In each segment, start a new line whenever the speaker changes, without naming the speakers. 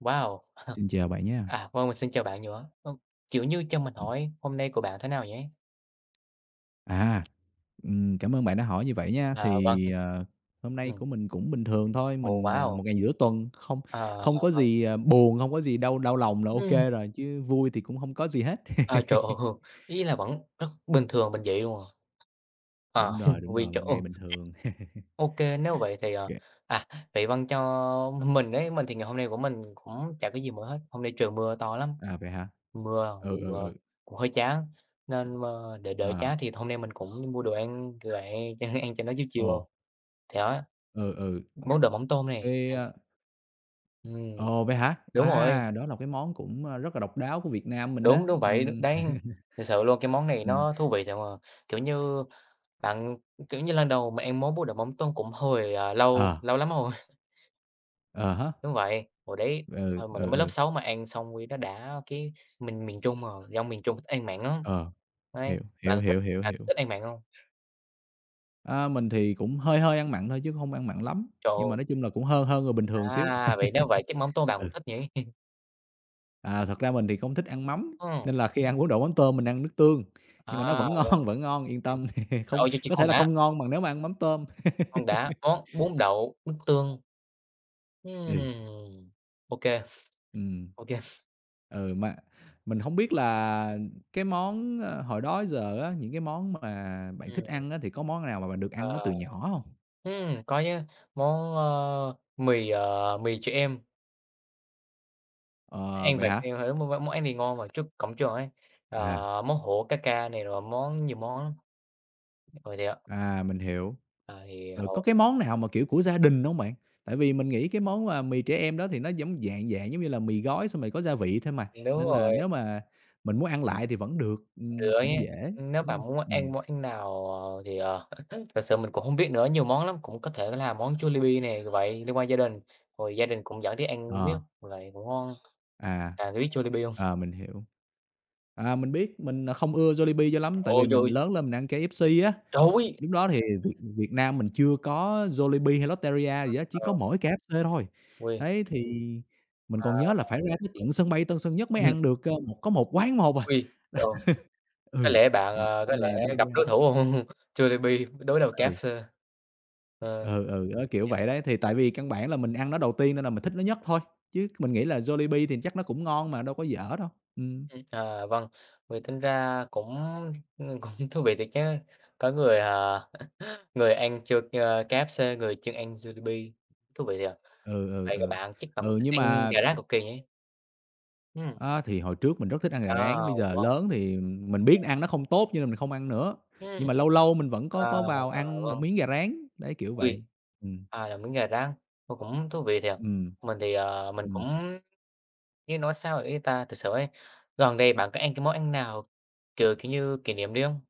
Wow!
Xin chào bạn nha.
À, vâng, mình xin chào bạn nữa. Vâng, kiểu như, cho mình
Ừm,
hỏi hôm nay của bạn thế nào vậy?
à, cảm ơn bạn đã hỏi như vậy nha.
À, vâng,
Hôm nay
ừm,
của mình cũng bình thường thôi,
ồ, wow!
một ngày giữa tuần, không
Ờ.
không có gì, buồn, không có gì đau đau lòng là ok
Ừm.
rồi, chứ vui thì cũng không có gì hết.
Ờ, Trời ơi, ý là vẫn rất bình thường, bình dị luôn à. Ờ,
Đúng
vì
rồi,
chỗ,
một ngày
ok.
bình thường.
Nếu vậy thì,
Kê
à, vậy vâng, cho mình đấy mình thì ngày hôm nay của mình cũng chả có gì mới hết. Hôm nay trời mưa to lắm,
à, vậy hả?
mưa
Ừ,
vì
ừ,
mưa
ừ,
cũng hơi chán, nên mơ để đỡ
à,
chán thì hôm nay mình cũng đi mua đồ ăn, kiểu vậy, cho ăn cho nó chill
ồ,
chiều. Thì đó,
ừ, ừ,
món đồ mắm tôm này.
thế a
Ừm,
ồ, vậy hả?
đúng rồi,
À, đó là cái món cũng, rất là độc đáo của Việt Nam mình đó.
đúng, đúng vậy,
Ừm,
đấy, thực sự luôn, cái món này
ừm,
nó thú vị thiệt mà. Kiểu như, bạn lần đầu mà ăn món bún đậu mắm tôm cũng hồi, lâu
ờ,
lâu lắm rồi.
ờ hả.
Đúng vậy, hồi đấy,
Ừ,
hồi
ừ,
mình mới lớp
ừ,
6 mà ăn xong cái nó đã cái mình miền Trung mà, dân miền Trung thích ăn mặn lắm,
ờ.
đấy,
Hiểu,
bạn
hiểu,
có thích
hiểu, hiểu,
bạn có
hiểu.
thích ăn mặn hông?
Mình thì cũng hơi hơi ăn mặn thôi chứ không ăn mặn lắm, nhưng mà
Trời
nói chung là cũng hơn hơn người bình
ơi,
thường xíu.
vậy nếu vậy chắc mắm tôm bạn cũng
Ừ.
thích nhỉ?
À, thật ra mình thì không thích ăn mắm,
Ừm,
nên là khi ăn bún đậu mắm tôm mình ăn nước tương, nhưng mà nó
à,
vẫn
vâng,
ngon, vẫn ngon, yên
ừm,
tâm, không
ôi, cho chị
có thể là không ngon bằng nếu mà ăn mắm tôm.
con đã, món bún đậu nước tương,
Ừ.
ừm, ô kê,
Ừm.
ô kê.
Ừ, mà mình không biết là cái món, hồi đó giờ á, những cái món mà bạn
Ừm,
thích ăn á, thì có món nào mà bạn được ăn nó
ờ,
từ nhỏ không?
có chứ, món, mì, mì trẻ em,
Ờ,
ăn
vậy
vặt
hả?
em thấy món món ăn này ngon mà trước cổng trường ấy, ờ,
À.
món hổ cá ca này rồi món nhiều món lắm. Ừ, thì, ờ,
À, mình hiểu.
ờ, thì
Ừ, có
hồi
cái món nào mà, kiểu, của gia đình hông bạn? Tại vì mình nghĩ cái món, mì trẻ em đó thì nó giống dạng dạng giống như là mì gói xong rồi có gia vị thôi mà,
đúng
nên là
rồi,
nếu mà mình muốn ăn lại thì vẫn được,
được ấy,
cũng dễ,
nếu
đúng
mà
hông?
muốn ăn món ăn nào, ờ, thì, ờ, thật sự mình cũng hông biết nữa, nhiều món lắm, cũng có thể là món Jollibee nè, vậy liên quan gia đình, rồi gia đình cũng dẫn đi ăn riết,
Ờ,
vậy cũng ngon.
à,
Bạn có biết Jollibee hông?
mình hiểu. À, mình biết, mình, không ưa Jollibee cho
Trời
lắm tại
ơi,
vì
trời
mình
ơi,
lớn lên mình ăn KFC á.
trời ơi!
Lúc đó thì Việt Việt Nam mình chưa có Jollibee hay Lotteria gì đó chỉ
Ờ,
có mỗi KFC thôi.
ui,
Đấy, thì mình còn nhớ
à,
là phải ra tới tận sân bay Tân Sơn Nhất mới
ừm,
ăn được, một có một quán một à.
ui, trời. Có
Ừ,
lẽ bạn,
ừm,
ờ, có
nên
lẽ
là đâm
gặp
ra
đối thủ hông? Jollibee đối đầu
ừ,
KFC. Ờ,
ừ, ừ, đó, kiểu
dạ,
vậy đấy. Thì tại vì căn bản là mình ăn nó đầu tiên nên là mình thích nó nhất thôi, chứ mình nghĩ là Jollibee thì chắc nó cũng ngon mà, đâu có dở đâu. Ừm,
à, vâng, vậy tính ra cũng, cũng thú vị thiệt chứ, có người, người ăn cho, KFC, người chuyên ăn Jollibee, thú vị thiệt à.
ừ, ừ,
Vậy là
ừ.
bạn chắc cũng
Ừ,
thích
nhưng
ăn
mà
gà rán cực kỳ nhỉ? Ừm,
Thì hồi trước mình rất thích ăn gà
à,
rán, bây giờ
wow,
lớn thì mình biết ăn nó không tốt cho nên mình không ăn nữa,
ừm,
nhưng mà lâu lâu mình vẫn có
à,
có vào ăn một
vâng,
miếng gà rán, đấy, kiểu
ui,
vậy. Ừm,
à, là miếng gà rán, ô, cũng thú vị thiệt.
ừm.
Mình thì, ờ, mình
Ừm,
cũng như nói sao được ta? Thực sự ấy, gần đây bạn có ăn cái món ăn nào, kiểu, kiểu như, kỷ niệm đi không?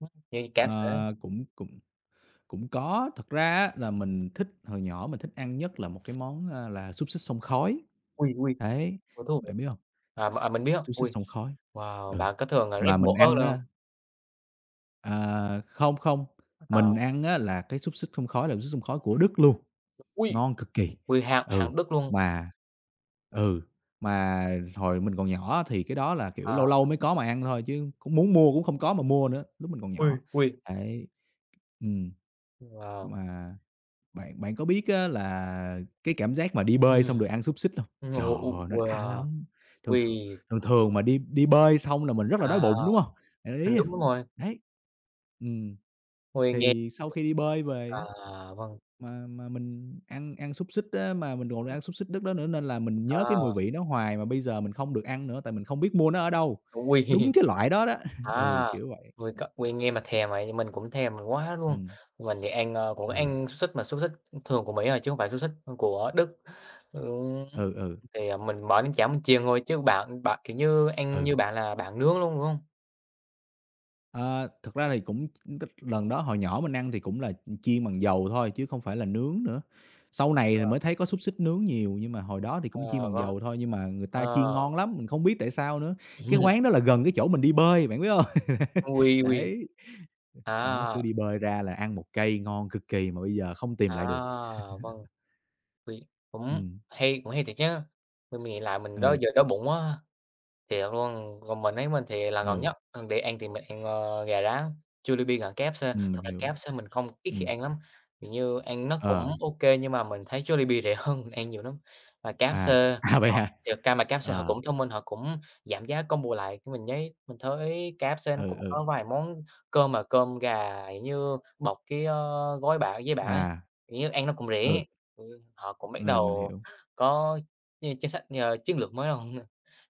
Ưm, như cá sể
ờ, cũng cũng cũng có. Thật ra á là mình thích hồi nhỏ mình thích ăn nhất là một cái món, là xúc xích xông khói,
ui, ui,
đấy,
có thú vị.
bạn biết hông?
À, mà, à, mình biết hông?
Xúc xích
Ui,
xông khói.
wow,
Ừ,
bạn có thường, là rắc
mà mình
bộ ớt
ăn
lên không?
á à, không, không,
À,
mình ăn á là cái xúc xích xông khói là xúc xích xông khói của Đức luôn.
ui,
Ngon cực kỳ.
ui, hạng
Ừ,
hạng Đức luôn,
mà ừ, mà hồi mình còn nhỏ thì cái đó là, kiểu,
à,
lâu lâu mới có mà ăn thôi chứ cũng muốn mua cũng không có mà mua nữa, lúc mình còn
ui,
nhỏ.
ui,
Đấy. Ừm.
wow,
Mà bạn bạn có biết á là cái cảm giác mà đi bơi
ừm,
xong được ăn xúc xích hông? Trời
ồ, u
ơi, nó đã
wow,
lắm! Thường
ui,
thường thường thường mà đi đi bơi xong là mình rất là đói
à,
bụng, đúng hông? Bạn để
mình
ý hông?
đúng rồi,
Đấy. Ừm.
ui, nghe
Thì sau khi đi bơi về
à, vâng,
mà mình ăn ăn xúc xích á, mà mình còn ăn xúc xích đất đó nữa nên là mình nhớ cái
à,
mùi vị nó hoài mà bây giờ mình không được ăn nữa tại mình không biết mua nó ở đâu.
ui.
Đúng cái loại đó đó. Ừ,
À,
kiểu vậy.
ôi, ôi, nghe mà thèm vậy, mình cũng thèm quá luôn.
Ừm.
Mình thì ăn, cũng
Ừ.
ăn xúc xích mà xúc xích thường của Mỹ rồi chứ không phải xúc xích của Đức. Ừm,
Ừ, ừ,
thì, mình bỏ đến chả mình chiên thôi chứ bạn bạn, kiểu như, ăn
Ừ.
như bạn là bạn nướng luôn, đúng hông?
ờ, thực ra thì cũng lần đó hồi nhỏ mình ăn thì cũng là chiên bằng dầu thôi chứ không phải là nướng nữa. Sau này
Ờ,
thì mới thấy có xúc xích nướng nhiều nhưng mà hồi đó thì cũng chiên
ờ,
bằng
vâng,
dầu thôi, nhưng mà người
ờ.
ta chiên ngon lắm, mình không biết tại sao nữa. Cái quán đó là gần cái chỗ mình đi bơi, bạn biết không?
Ui, ui,
Đấy. Đó,
à,
cứ đi bơi ra là ăn một cây ngon cực kỳ mà bây giờ không tìm
à,
lại được.
vâng, ui, cũng
Ừm,
hay cũng hay thiệt chớ. Mình nghĩ lại mình đó
ừ,
giờ đói bụng quá. Thiệt luôn, còn mình ấy mình thì là ngọt
ừ,
nhất, còn để ăn thì mình ăn, gà rán, Jollibee hoặc KFC. Thật
mình
ra
hiểu.
KFC mình không ít khi
Ừm,
ăn lắm, kiểu như, ăn nó cũng
ờ,
ô kê nhưng mà mình thấy Jollibee rẻ hơn, mình ăn nhiều lắm. Mà
à,
KFC
à, vậy
họ
hả?
thiệt ra mà KFC họ
Ờ,
cũng thông minh, họ cũng giảm giá combo lại, cái mình nhấy mình thấy KFC nó
ừ,
cũng
ừ,
có vài món cơm mà cơm gà, kiểu như, bọc cái, gói bả giấy bả ấy,
à,
kiểu như, ăn nó cũng rẻ.
ừ,
Ừ, họ cũng bắt
ừ, mình
đầu
hiểu,
có chính sách, chiến lược mới rồi.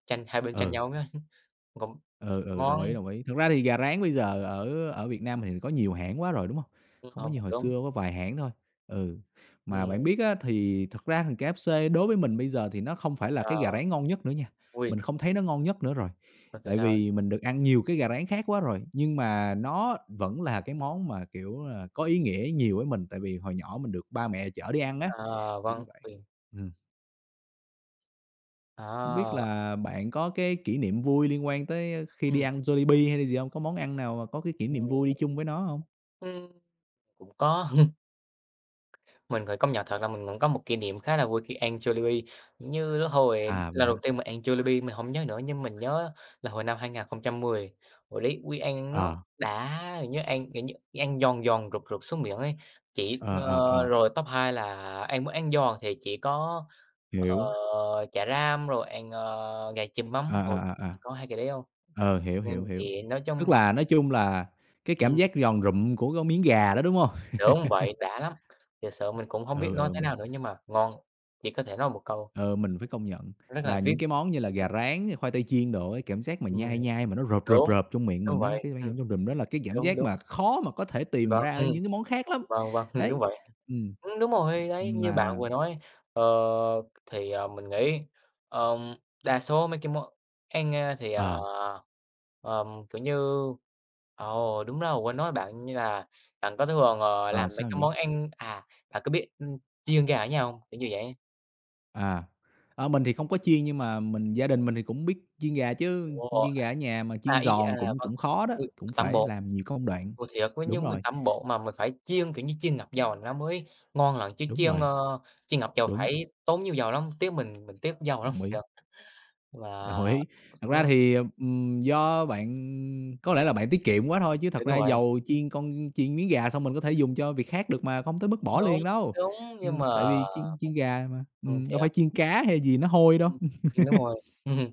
Hai bên tranh
ừ.
nhau á, cũng
Ừ, ừ, đồng ý,
ngon,
đồng ý. Thực ra thì gà rán bây giờ ở ở Việt Nam thì có nhiều hãng quá rồi, đúng hông? Hông có
hông,
như
cũng
hồi
đúng.
xưa, có vài hãng thôi. Ừ, mà
Ừm,
bạn biết á, thì thật ra thằng KFC đối với mình bây giờ thì nó không phải là
ờ,
cái gà rán ngon nhất nữa nha,
ui,
mình không thấy nó ngon nhất nữa rồi,
rồi tại
tại
sao?
vì mình được ăn nhiều cái gà rán khác quá rồi. Nhưng mà nó vẫn là cái món mà, kiểu là, có ý nghĩa nhiều với mình, tại vì hồi nhỏ mình được ba mẹ chở đi ăn á,
Ờ,
kiểu như
vâng,
vậy.
quyền
Ừm. Không biết
à,
là bạn có cái kỷ niệm vui liên quan tới, khi đi
ừm,
ăn Jollibee hay là gì hông? Có món ăn nào mà có cái kỷ
ừm,
niệm vui đi chung với nó hông?
ừm, cũng có. Mình phải công nhận thật là mình cũng có một kỷ niệm khá là vui khi ăn Jollibee. Như lúc hồi
À, vậy
lần đầu
hả?
tiên mình ăn Jollibee mình hổng nhớ nữa, nhưng mình nhớ là hồi năm 2010 hồi đấy Quy ăn nó
Ờ.
đã, nhớ ăn, kiểu như, ăn giòn giòn, rụt rụt xuống miệng ấy. Chỉ
Ờ, ờ,
ơ,
ờ,
rồi top 2 là ăn muốn ăn giòn thì chỉ có, ờ,
hiểu.
chả ram rồi ăn, gà chiên mắm,
Ờ
hồi
ờ à,
chỉ
à.
có hai cái đấy hông.
Ờ, hiểu, hiểu, hiểu.
Thì nói
Tức
chung
là nói chung là cái cảm
ừm,
giác giòn rụm của cái miếng gà đó, đúng hông?
đúng vậy, đã lắm, thiệt sự mình cũng hông biết
Ừ,
nói
ừ,
thế
mình
nào nữa nhưng mà ngon, chỉ có thể nói một câu.
Ờ, mình phải công nhận
Rất là
là
viết
những cái món như là
ừm,
gà rán, khoai tây chiên đồ ấy, cảm giác mà
ừm,
nhai nhai mà nó rợp, rợp,
đúng,
rợp trong miệng
đúng
mình á,
vậy,
cái cảm giác trong rừng đó là cái cảm
đúng,
giác
đúng,
mà khó mà có thể tìm
vâng,
ra ở những cái món khác lắm.
vâng, vâng, đúng
Đấy,
vậy.
ừm.
Đúng rồi, đấy, như bạn
Mà
vừa nói, ờ, mình nghĩ, ờm, đa số mấy cái món ăn,
ờ,
kiểu như ồ, đúng rồi, quên nói bạn, như là bạn có thường,
ờ,
làm mấy
sao
cái
nhỉ?
món ăn à, bạn có biết, chiên gà ở nhà hông? Kiểu như vậy.
À, ờ, mình thì không có chiên nhưng mà gia đình mình thì cũng biết chiên gà chứ,
Ồ,
chiên gà ở nhà mà
à,
chiên
ý à,
giòn cũng
vâng,
cũng khó đó,
ui,
cũng
tẩm
phải
bột.
làm nhiều công đoạn.
Ồ, thiệt, với
Đúng
nhưng mình
rồi,
tẩm bột mà mình phải chiên, kiểu như, chiên ngập dầu nó mới ngon lận, chứ
đúng
chiên,
rồi,
chiên ngập dầu
đúng,
phải tốn nhiều dầu lắm, tiếc mình tiếc dầu lắm,
đồng
thiệt.
ý.
Mà
Đổi Thật ra thì, do bạn có lẽ là bạn tiết kiệm quá thôi, chứ thật
thì đúng
ra
vậy,
dầu chiên con chiên miếng gà xong mình có thể dùng cho việc khác được mà, không tới mức bỏ
đúng,
liền đâu.
đúng, nhưng mà
Tại vì chiên chiên gà mà, đâu
thiệt,
phải chiên cá hay gì nó hôi đâu.
ừm, đúng rồi. Ừm,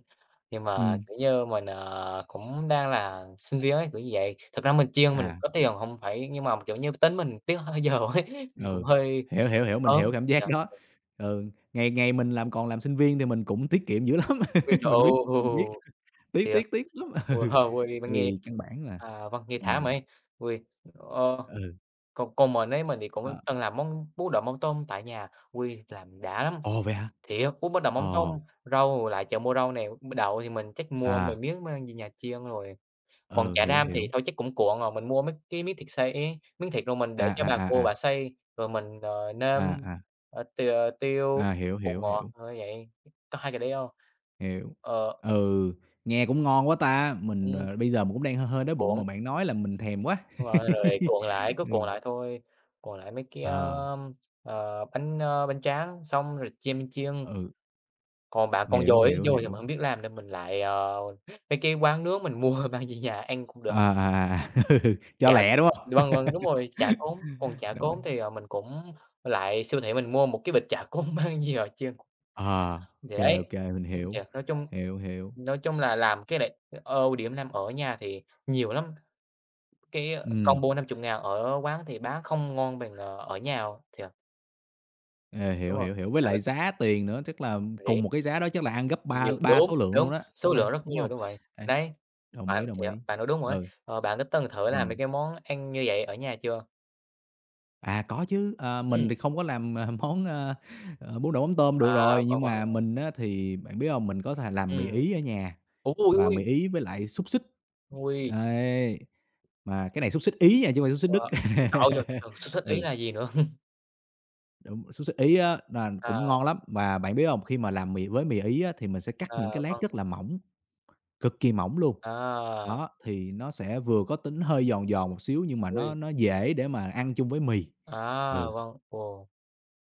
nhưng mà,
Ừm,
kiểu như, mình, cũng đang là sinh viên ấy, kiểu như vậy. Thực ra mình chiên mình
à,
có tiền hông phải nhưng mà, kiểu như, tính mình tiếc hơi dầu ấy, cũng
ừ,
hơi
hiểu, hiểu, hiểu, mình
ớn.
hiểu cảm giác
Thiệt,
đó. Ừ, ngày ngày mình làm còn làm sinh viên thì mình cũng tiết kiệm dữ lắm,
ôi trời. Ừ.
mình biết, tiếc,
Thiệt.
tiếc, tiếc lắm.
Ôi,
Ừ,
hơ, ôi, mình
tại
nghe
vì căn bản là
à, vâng, nghe thả mà
ừm,
ấy. Ôi, ờ,
ừ,
còn còn mình ấy, mình thì cũng
ờ.
từng làm món bún đậu mắm tôm tại nhà, ôi, làm đã lắm,
Ồ, vậy hả?
thiệt, bún bánh đậu mắm tôm,
Ờ,
rau lại chợ mua rau này đậu thì mình chắc mua mấy
à.
miếng mang về nhà chiên rồi, còn
Ừ,
chả
hiểu,
ram thì
hiểu.
thôi chắc cũng cuộn rồi, mình mua mấy cái miếng thịt xay ấy, miếng thịt rồi mình để
À,
cho bà
à,
cô
à, à,
bà xay, rồi mình, nêm,
à, à,
ờ, t tiêu,
à, hiểu,
bột
hiểu,
ngọt,
hiểu,
ờ, vậy, có hai cái đấy không?
hiểu.
Ờ,
Ừ, nghe cũng ngon quá ta,
ừm,
bây giờ mình cũng đang hơi hơi đói bụng mà
cuộn.
bạn nói là mình thèm quá.
Đúng rồi, rồi cuộn lại, cứ cuộn
Ừ,
lại thôi, cuộn lại mấy cái,
ờ,
bánh, bánh tráng xong rồi chiên mình chiên.
ừ,
Còn bạn còn
hiểu,
dồi ấy,
hiểu,
dồi thì mình
hiểu.
hổng biết làm nên mình lại, mấy cái quán nướng mình mua mang về nhà ăn cũng được.
À, à, à, cho
Chả
lẹ, đúng không?
vâng, vâng, đúng rồi, chả cốm, còn chả
Đồng ý.
cốm thì, mình cũng lại siêu thị mình mua một cái bịch chả cốm mang về họ chiên.
Ờ,
Thì
ok
đấy,
ok mình
thì
hiểu, hiểu, hiểu,
nói chung là làm cái này ưu điểm làm ở nhà thì nhiều lắm, cái ờ,
ừ
combo 50.000 ở quán thì bán không ngon bằng, ở nhà thì
Ờ,
đúng
hiểu,
rồi,
hiểu, hiểu. Với
tạo nên
lại giá tiền nữa, tức là
rỉ
cùng một cái giá đó chắc là ăn gấp ba
nhiều
ba
đúng,
số lượng
đúng,
luôn đó,
số
đúng hông?
lượng rất
Đúng
nhiều,
hông?
đúng vậy.
Đấy,
Đấy,
đồng ý,
bạn
đồng
thì á
ý.
bạn nói đúng rồi ấy.
Ừ.
Ờ, bạn có từng thử làm mấy
Ừm,
cái món ăn như vậy ở nhà chưa?
à, có chứ, ờ,
Ừm,
mình thì không có làm, à, món, bún đậu mắm tôm được
à,
rồi,
vâng,
nhưng
vâng,
mà mình á thì bạn biết hông, mình có thể làm mì
ừm.
Ý ở nhà
Ôi, ôi,
và
ôi!
mì Ý với lại xúc xích,
Ôi,
ấy, mà cái này xúc xích Ý nha chứ hông phải xúc xích Đức.
wow, ôi, trời ơi, trời, trời, trời, xuất xuất ý
Ừ.
là gì nữa?
Đúng, xúc Ý á là
À,
cũng ngon lắm, và bạn biết hông? Khi mà làm mì với mì Ý á thì mình sẽ cắt
à,
những cái
vâng,
lát rất là mỏng, cực kỳ mỏng luôn.
à,
Đó, thì nó sẽ vừa có tính hơi giòn giòn một xíu nhưng mà
ôi,
nó dễ để mà ăn chung với mì.
à,
Ừ,
vâng, ồ,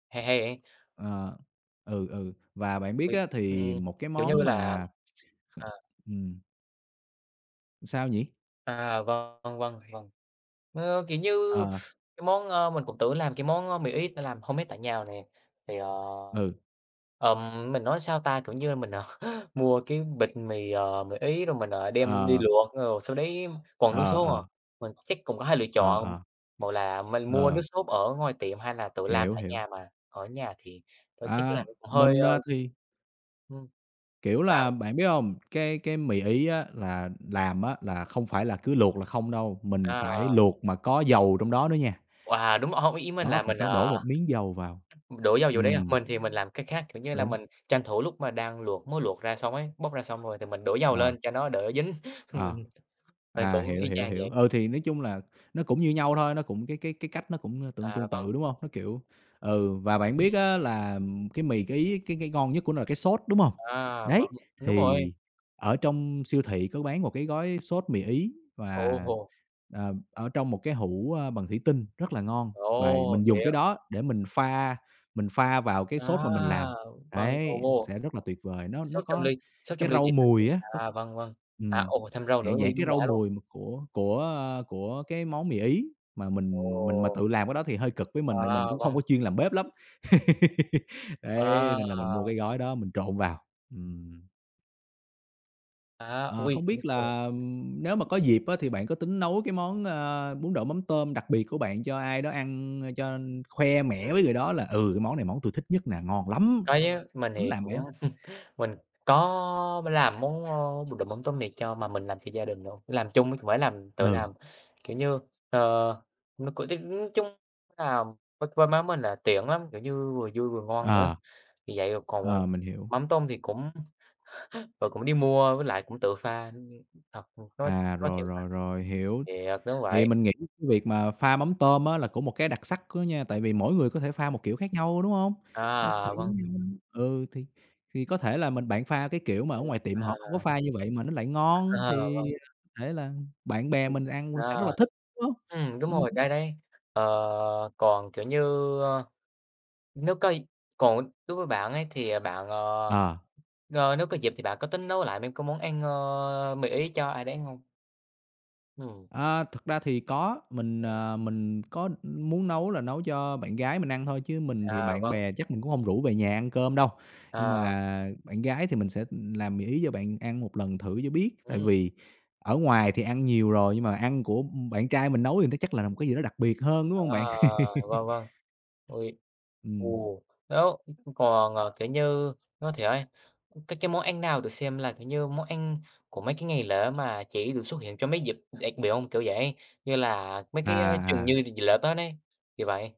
hay hay vậy.
ờ, ừ, ừ, và bạn biết
Ôi,
á thì
ừm,
một cái
kiểu như
món
là
mà kh
à,
ừm, sao nhỉ?
à, vâng, vâng, vâng. Ờ, kiểu như,
Ờ,
cái món, mình cũng tự làm cái món, mì Ý ta làm homemade tại nhà nè. Thì,
ừ,
mình nói sao ta, kiểu như, mình, mua cái bịch mì, mì Ý rồi mình, đem đi
ờ,
luộc, rồi sau đấy còn nước
ờ,
sốt
ờ,
à. Mình chắc cũng có hai lựa
ờ,
chọn,
ờ,
một là mình mua nước
ờ,
sốt ở ngoài tiệm hay là tự làm
hiểu,
tại
hiểu.
nhà mà. Ở nhà thì tôi chắc
À,
là cũng hơi,
mình, à, thì
ưm,
Kiểu
bạn
là, bạn biết hông? Cái mì Ý á là làm á là không phải là cứ luộc là không đâu, mình phải
à,
luộc mà có dầu trong đó nữa nha.
wow, đúng rồi, hông, ý mình
Đó,
là
mình
mình,
phải đổ
ờ.
một miếng dầu vào.
Đổ vô vụ đấy à?
Ừm,
Mình thì mình làm cái khác, kiểu như là,
đúng,
mình tranh thủ lúc mà đang luộc mới luộc ra xong ấy, bóc ra xong rồi thì mình đổ dầu
ờ.
lên cho nó đỡ dính.
Ờ.
Mình mình
À,
cũng
hiểu,
y
hiểu,
chang vậy.
hiểu. Ừ, thì nói chung là nó cũng như nhau thôi, nó cũng cái cách nó cũng, tương
À,
tương
vâng,
tự, đúng hông? Nó, kiểu ừ, và bạn
ừm,
biết á là, cái mì cái Ý cái ngon nhất của nó là cái sốt, đúng hông?
à, vâng,
Đấy,
đúng rồi.
thì ở trong siêu thị có bán một cái gói sốt mì Ý
Ồ hồ,
ở trong một cái hũ, bằng thủy tinh rất là ngon và
ồ,
mình dùng cái
thiệt,
đó để mình pha vào cái
à,
sốt mà mình làm.
vâng,
Đấy,
ồ,
sẽ rất là tuyệt vời, nó
sốt trong
có
ly, sốt
cái
trong ly
rau
thủy tinh thì
mùi á, có
à, vâng, vâng, à,
ừm.
ồ, thêm rau nữa,
Dạng dạng
ui,
cái
đúng đã
rau
luôn.
mùi mà của cái món mì Ý, mà mình mà
Ồ,
tự làm cái đó thì hơi cực với mình, tại mình
à,
cũng không
vâng,
có chuyên làm bếp lắm. Đấy,
à,
nên là mình mua cái gói đó mình trộn vào. Ừm,
à,
ờ,
ui,
không
ừ,
biết
ừ.
là, nếu mà có dịp á thì bạn có tính nấu cái món, bún đậu mắm tôm đặc biệt của bạn cho ai đó ăn, cho khoe mẽ với
Ừm.
người đó là "Ừ, cái món này món tui thích nhất nè, ngon lắm!"
Có
Có
chứ, mình
tính
thì
làm
cũng
vậy hông?
mình có làm món, b đồ mắm tôm miệt cho mà mình làm cho gia đình luôn, làm chung chứ không phải làm tự
Ừ,
làm. Kiểu như, ờ, nó c nói chung là với má mình là tiện lắm, kiểu như, vừa vui vừa ngon nữa,
ờ,
vì vậy còn
ờ, mình hiểu.
mắm tôm thì cũng rồi cũng đi mua với lại cũng tự pha, thật nói
À,
nói
rồi,
thiệt là
rồi, rồi, hiểu.
thiệt, đúng
Thì
vậy.
mình nghĩ cái việc mà pha mắm tôm á là cũng một cái đặc sắc đó nha, tại vì mỗi người có thể pha một kiểu khác nhau, đúng hông? Đâu có
À,
phải
vâng,
giống nhau đâu. Ừ, thì có thể là mình bạn pha cái kiểu mà ở ngoài tiệm
à,
họ không có pha như vậy mà nó lại ngon
ờ,
thì,
vâng,
à, có thể là bạn bè mình ăn cũng sẽ rất là
ờ,
thích, đúng hông?
đúng
Ừm.
rồi, đây đây. Ờ, còn, kiểu như, ờ, nếu có còn đối với bạn ấy thì,
Ờ.
nếu có dịp thì bạn có tính nấu lại mấy cái món ăn, mì Ý cho ai đấy không? Ừm.
À, thực ra thì có, mình, à, mình có muốn nấu là nấu cho bạn gái mình ăn thôi, chứ mình thì
À,
bạn
vâng,
bè chắc mình cũng không rủ về nhà ăn cơm đâu. Nhưng
à,
mà bạn gái thì mình sẽ làm mì Ý cho bạn ăn một lần thử cho biết, tại
ừm,
vì ở ngoài thì ăn nhiều rồi, nhưng mà ăn của bạn trai mình nấu thì nó chắc là một cái gì đó đặc biệt hơn, đúng
à,
không bạn?
vâng, vâng. Ui,
Ừm.
ồ, đó còn, kiểu như, có thể ấy, cái món ăn nào được xem là, kiểu như, món ăn của mấy cái ngày lễ mà chỉ được xuất hiện trong mấy dịp đặc biệt không? Kiểu vậy, như là mấy
À,
cái, trường
à,
như dịp lễ Tết ấy, kiểu vậy,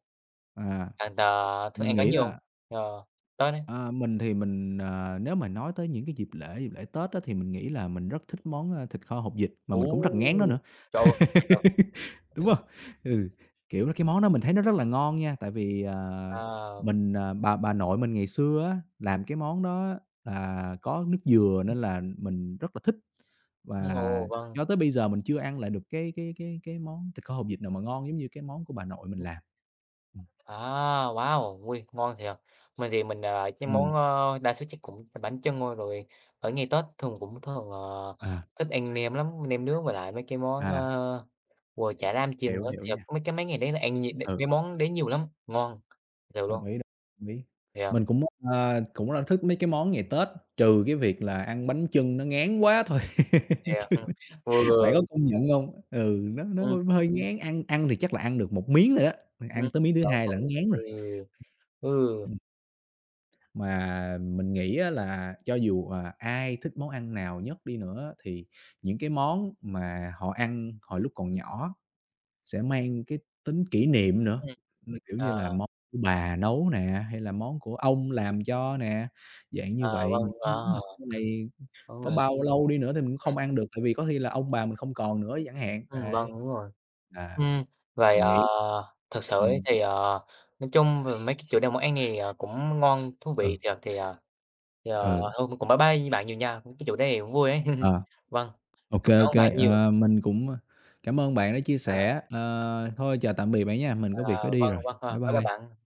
à,
bạn, thường
mình
ăn có
nghĩ
nhiều hông?
là,
Ờ, Tết ấy.
mình thì mình, nếu mà nói tới những cái dịp lễ Tết á, thì mình nghĩ là mình rất thích món, a, thịt kho hột vịt, mà
Ồ!
mình cũng rất ngán nó nữa.
Trời ơi, bây giờ
Đúng không ừ, kiểu, cái món đó mình thấy nó rất là ngon nha, tại vì, ờ,
à,
mình, ờ, bà nội mình ngày xưa á, làm cái món đó là có nước dừa
ừm.
nên là mình rất là thích và
Ồ, vâng.
cho tới bây giờ mình chưa ăn lại được cái món thịt kho hột vịt nào mà ngon giống như cái món của bà nội mình làm. Ừm,
À, wow! Ôi, ngon thiệt. Mình thì mình, cái món,
ừm,
đa số chắc cũng bánh chưng thôi, rồi ở ngày Tết thường cũng,
à,
thích ăn nem lắm, nem nướng với lại mấy cái món,
à,
ồ, chả lam chiên
hiểu,
nữa.
hiểu
Thiệt,
nha,
mấy cái mấy ngày đấy là ăn nhiều đ
ừ,
mấy món đấy nhiều lắm, ngon, thiệt luôn.
đồng ý, đồng ý.
Yeah,
Mình cũng, ờ, cũng là thích mấy cái món ngày Tết, trừ cái việc là ăn bánh chưng nó ngán quá thôi
yeah,
chứ
vừa
Bạn có công nhận hông? Ừ, nó nó
ừm,
h hơi ngán, ăn ăn thì chắc là ăn được một miếng rồi đó,
ừm,
ăn tới miếng thứ hai là nó ngán rồi.
ừ, ừ,
Ừm, mà mình nghĩ á là cho dù, à, ai thích món ăn nào nhất đi nữa thì những cái món mà họ ăn hồi lúc còn nhỏ sẽ mang cái tính kỷ niệm nữa,
ừm,
nó, kiểu như
à,
là, món của bà nấu nè, hay là món của ông làm cho nè, dạng
à,
như vậy,
vâng,
những cái
à,
món mà sau này có bao lâu đi nữa thì mình cũng
ừ.
không ăn được, tại vì có khi là ông bà mình không còn nữa chẳng hạn,
Vâng,
đấy.
đúng rồi.
À,
Ừm, vậy,
mình nghĩ
thực sự ấy
ừm,
thì, nói chung về mấy cái chủ đề món ăn thì, cũng ngon, thú vị
ừ,
thiệt.
ừ,
Thôi cũng bye bye với bạn nhiều nha, cái chủ đề này cũng vui ấy.
ờ,
Vâng, cảm
ô
ơn bạn
kê,
nhiều.
ờ, mình cũng, cảm ơn bạn đã chia
Ờ,
sẻ. Ờ, thôi chào tạm biệt bạn nha, mình có việc phải
ờ,
đi
vâng,
rồi.
vâng, ờ,
Bye bye.
bye bye
Ừm.
bạn.